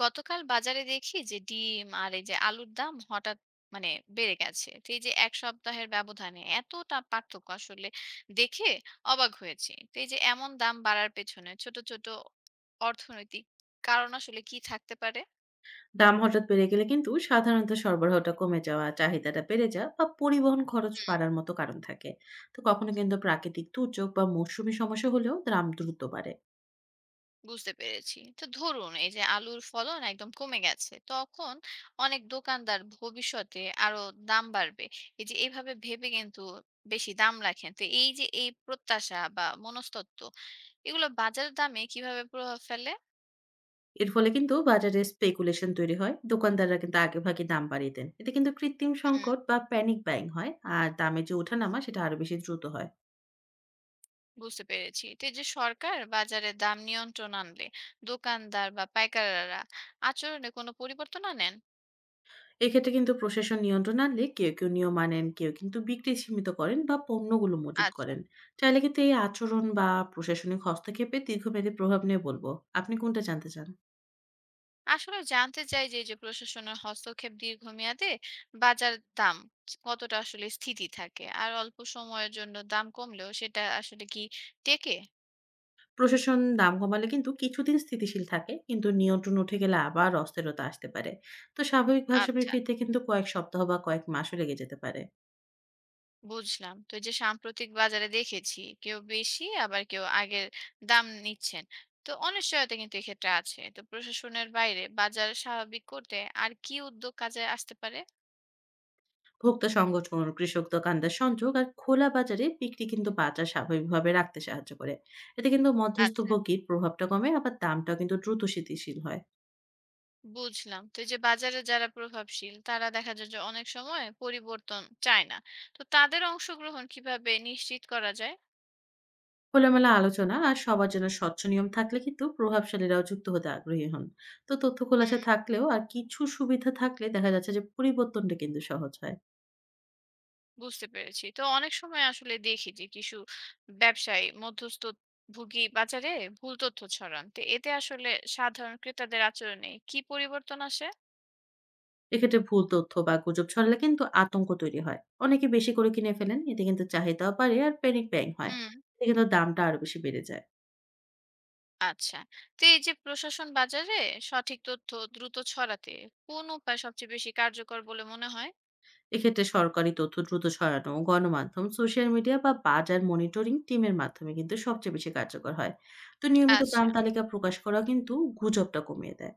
গতকাল বাজারে দেখি যে ডিম আর এই যে আলুর দাম হঠাৎ মানে বেড়ে গেছে। তো এই যে এক সপ্তাহের ব্যবধানে এতটা পার্থক্য আসলে দেখে অবাক হয়েছে। তো এই যে এমন দাম বাড়ার পেছনে ছোট ছোট অর্থনৈতিক কারণ আসলে কি থাকতে পারে? দাম হঠাৎ বেড়ে গেলে কিন্তু সাধারণত সরবরাহটা কমে যাওয়া চাহিদাটা বেড়ে যাওয়া বা পরিবহন খরচ হুম, বাড়ার মতো কারণ থাকে। তো কখনো কিন্তু প্রাকৃতিক দুর্যোগ বা মৌসুমী সমস্যা হলেও দাম দ্রুত বাড়ে। বুঝতে পেরেছি। তো ধরুন এই যে আলুর ফলন একদম কমে গেছে, তখন অনেক দোকানদার ভবিষ্যতে আরো দাম বাড়বে এই যে এইভাবে ভেবে কিন্তু বেশি দাম রাখেন। তো এই যে এই প্রত্যাশা বা মনস্তত্ত্ব এগুলো বাজারের দামে কিভাবে প্রভাব ফেলে? এর ফলে কিন্তু বাজারে স্পেকুলেশন তৈরি হয়, দোকানদাররা কিন্তু আগেভাগে দাম বাড়িয়ে দেন, এতে কিন্তু কৃত্রিম হুম, সংকট বা প্যানিক বাইং হয়। আর দামে যে ওঠানামা সেটা আরো বেশি দ্রুত হয়। বুঝতে পেরেছি। তো এই যে সরকার বাজারে দাম নিয়ন্ত্রণ আনলে দোকানদার বা পাইকাররা আচরণে কোনো পরিবর্তন আনেন? এক্ষেত্রে কিন্তু প্রশাসন নিয়ন্ত্রণ আনলে কেউ কেউ নিয়ম মানেন, কেউ কিন্তু বিক্রি সীমিত করেন বা পণ্যগুলো মজুত আচ্ছা, করেন। চাইলে কিন্তু এই আচরণ বা প্রশাসনিক হস্তক্ষেপে দীর্ঘমেয়াদী প্রভাব নিয়ে বলবো। আপনি কোনটা জানতে চান? আসলে জানতে চাই যে এই যে প্রশাসনের হস্তক্ষেপ দীর্ঘমেয়াদে বাজার দাম কতটা আসলে স্থিতি থাকে, আর অল্প সময়ের জন্য দাম কমলেও সেটা আসলে কি টেকে? প্রশাসন দাম কমালে কিন্তু কিছুদিন স্থিতিশীল থাকে, কিন্তু নিয়ন্ত্রণ উঠে গেলে আবার অস্থিরতা আসতে পারে। তো স্বাভাবিক ভারসাম্যে আচ্ছা, ফিরতে কিন্তু কয়েক সপ্তাহ বা কয়েক মাসও লেগে যেতে পারে। বুঝলাম। তো এই যে সাম্প্রতিক বাজারে দেখেছি কেউ বেশি আবার কেউ আগের দাম নিচ্ছেন। তো অনিশ্চয়তা কিন্তু এক্ষেত্রে আছে। তো প্রশাসনের বাইরে বাজার স্বাভাবিক করতে আর কি উদ্যোগ কাজে আসতে পারে? ভোক্তা সংগঠন, কৃষক দোকানদার সংযোগ আর খোলা বাজারে বিক্রি কিন্তু বাজার স্বাভাবিকভাবে রাখতে সাহায্য করে। এতে কিন্তু মধ্যস্থ আচ্ছা, ভোগীর প্রভাবটা কমে, আবার দামটাও কিন্তু দ্রুত স্থিতিশীল হয়। বুঝলাম। তো এই যে বাজারে যারা প্রভাবশীল তারা দেখা যায় যে অনেক সময় পরিবর্তন চায় না। তো তাদের অংশগ্রহণ কিভাবে নিশ্চিত করা যায়? খোলামেলা আলোচনা আর সবার জন্য স্বচ্ছ নিয়ম থাকলে কিন্তু প্রভাবশালীরাও যুক্ত হতে আগ্রহী হন। তো তথ্য হুম, খোলাসা থাকলেও আর কিছু সুবিধা থাকলে দেখা যাচ্ছে যে পরিবর্তনটা কিন্তু সহজ হয়। বুঝতে পেরেছি। তো অনেক সময় আসলে দেখি যে কিছু ব্যবসায়ী মধ্যস্থভোগী বাজারে ভুল তথ্য ছড়ান। তো এতে আসলে সাধারণ ক্রেতাদের আচরণে কি পরিবর্তন আসে? এক্ষেত্রে ভুল তথ্য বা গুজব ছড়ালে কিন্তু আতঙ্ক তৈরি হয়। অনেকে বেশি করে কিনে ফেলেন, এতে কিন্তু চাহিদাও বাড়ে আর প্যানিক ব্যায়িং হয়। হুম। এতে কিন্তু দামটা আরো বেশি বেড়ে যায়। আচ্ছা, তো এই যে প্রশাসন বাজারে সঠিক তথ্য দ্রুত ছড়াতে কোন উপায় সবচেয়ে বেশি কার্যকর বলে মনে হয়? এক্ষেত্রে সরকারি তথ্য দ্রুত ছড়ানো, গণমাধ্যম, সোশ্যাল মিডিয়া বা বাজার মনিটরিং টিমের মাধ্যমে কিন্তু সবচেয়ে বেশি কার্যকর হয়। তো নিয়মিত আচ্ছা, দাম তালিকা প্রকাশ করা কিন্তু গুজবটা কমিয়ে দেয়।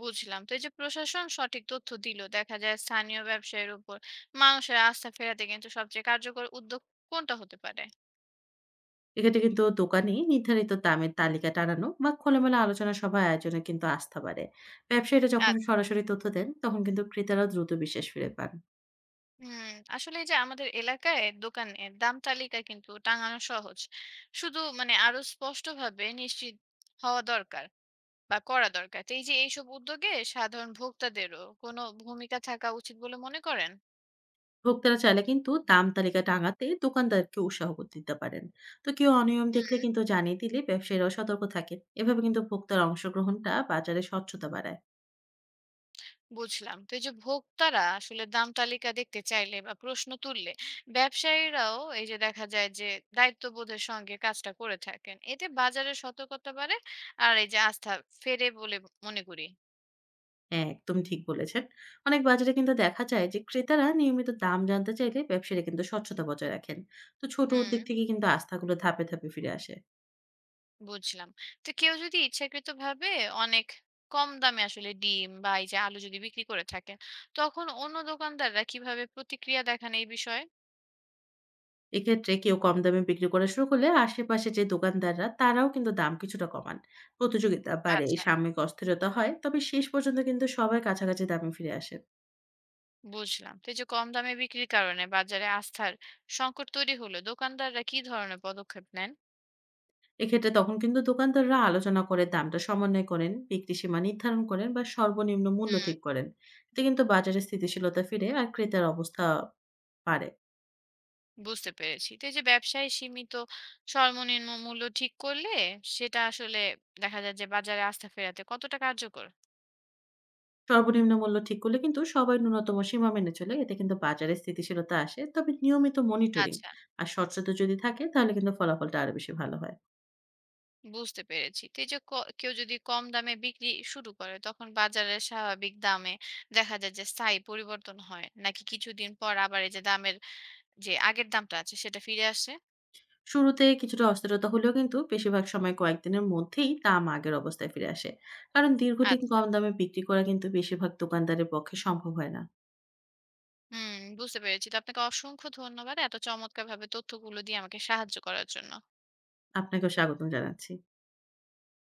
বুঝলাম। তো এই যে প্রশাসন সঠিক তথ্য দিল, দেখা যায় স্থানীয় ব্যবসায়ের উপর মানুষের আস্থা ফেরাতে কিন্তু সবচেয়ে কার্যকর উদ্যোগ কোনটা হতে পারে? এক্ষেত্রে কিন্তু দোকানে নির্ধারিত দামের তালিকা টানানো বা খোলামেলা আলোচনা সভা আয়োজনে কিন্তু আস্থা বাড়ে। ব্যবসায়ীরা যখন আচ্ছা। সরাসরি তথ্য দেন, তখন কিন্তু ক্রেতারা দ্রুত বিশ্বাস ফিরে পান। হুম, আসলে এই যে আমাদের এলাকায় দোকানে দাম তালিকা কিন্তু টাঙানো সহজ, শুধু আরো স্পষ্টভাবে নিশ্চিত হওয়া দরকার বা করা দরকার। তো এই যে এইসব উদ্যোগে সাধারণ ভোক্তাদেরও কোনো ভূমিকা থাকা উচিত বলে মনে করেন? ভোক্তারা চাইলে কিন্তু দাম তালিকা টাঙাতে দোকানদারকে উৎসাহ করে দিতে পারেন। তো কেউ অনিয়ম দেখলে হুম, কিন্তু জানিয়ে দিলে ব্যবসায়ীরাও সতর্ক থাকে। এভাবে কিন্তু ভোক্তার অংশগ্রহণটা বাজারে স্বচ্ছতা বাড়ায়। বুঝলাম। তো এই যে ভোক্তারা আসলে দাম তালিকা দেখতে চাইলে বা প্রশ্ন তুললে ব্যবসায়ীরাও এই যে দেখা যায় যে দায়িত্ববোধের সঙ্গে কাজটা করে থাকেন, এতে বাজারের সতর্কতা বাড়ে আর এই যে আস্থা ফেরে বলে মনে করি। হ্যাঁ, একদম ঠিক বলেছেন। অনেক বাজারে কিন্তু দেখা যায় যে ক্রেতারা নিয়মিত দাম জানতে চাইলে ব্যবসায়ীরা কিন্তু স্বচ্ছতা বজায় রাখেন। তো ছোট হুম, উদ্যোগ থেকে কিন্তু আস্থাগুলো ধাপে ধাপে ফিরে আসে। বুঝলাম। তো কেউ যদি ইচ্ছাকৃতভাবে অনেক কম দামে আসলে ডিম বা এই যে আলু যদি বিক্রি করে থাকেন, তখন অন্য দোকানদাররা কিভাবে প্রতিক্রিয়া দেখান এই বিষয়ে? এক্ষেত্রে কেউ কম দামে বিক্রি করা শুরু করলে আশেপাশে যে দোকানদাররা তারাও কিন্তু দাম কিছুটা কমান। প্রতিযোগিতা বাড়ে, এই আচ্ছা, সাময়িক অস্থিরতা হয়। তবে শেষ পর্যন্ত কিন্তু সবাই কাছাকাছি দামে ফিরে আসেন। বুঝলাম। তো এই যে কম দামে বিক্রির কারণে বাজারে আস্থার সংকট তৈরি হলে দোকানদাররা কি ধরনের পদক্ষেপ নেন? এক্ষেত্রে তখন কিন্তু দোকানদাররা আলোচনা করে দামটা সমন্বয় করেন, বিক্রি সীমা নির্ধারণ করেন বা সর্বনিম্ন মূল্য হুম, ঠিক করেন। এতে কিন্তু বাজারে স্থিতিশীলতা ফিরে আর ক্রেতার অবস্থা বাড়ে। বুঝতে পেরেছি। তো এই যে ব্যবসায় সীমিত সর্বনিম্ন মূল্য ঠিক করলে সেটা আসলে দেখা যায় যে বাজারে আস্থা ফেরাতে কতটা কার্যকর? সর্বনিম্ন মূল্য ঠিক করলে কিন্তু সবাই ন্যূনতম সীমা মেনে চলে। এতে কিন্তু বাজারে স্থিতিশীলতা আসে। তবে নিয়মিত মনিটরিং আচ্ছা, আর স্বচ্ছতা যদি থাকে তাহলে কিন্তু ফলাফলটা আরো বেশি ভালো হয়। বুঝতে পেরেছি। তো এই যে কেউ যদি কম দামে বিক্রি শুরু করে তখন বাজারের স্বাভাবিক দামে দেখা যায় যে স্থায়ী পরিবর্তন হয় নাকি কিছুদিন পর আবার এই যে দামের যে আগের দামটা আছে সেটা ফিরে আসে? শুরুতে কিছুটা অস্থিরতা হলেও কিন্তু বেশিরভাগ সময় কয়েকদিনের মধ্যেই দাম আগের অবস্থায় ফিরে আসে। কারণ দীর্ঘদিন আচ্ছা। কম দামে বিক্রি করা কিন্তু বেশিরভাগ দোকানদারের পক্ষে সম্ভব হয় না। হুম, বুঝতে পেরেছি। তো আপনাকে অসংখ্য ধন্যবাদ এত চমৎকারভাবে তথ্যগুলো দিয়ে আমাকে সাহায্য করার জন্য। আপনাকেও স্বাগতম জানাচ্ছি।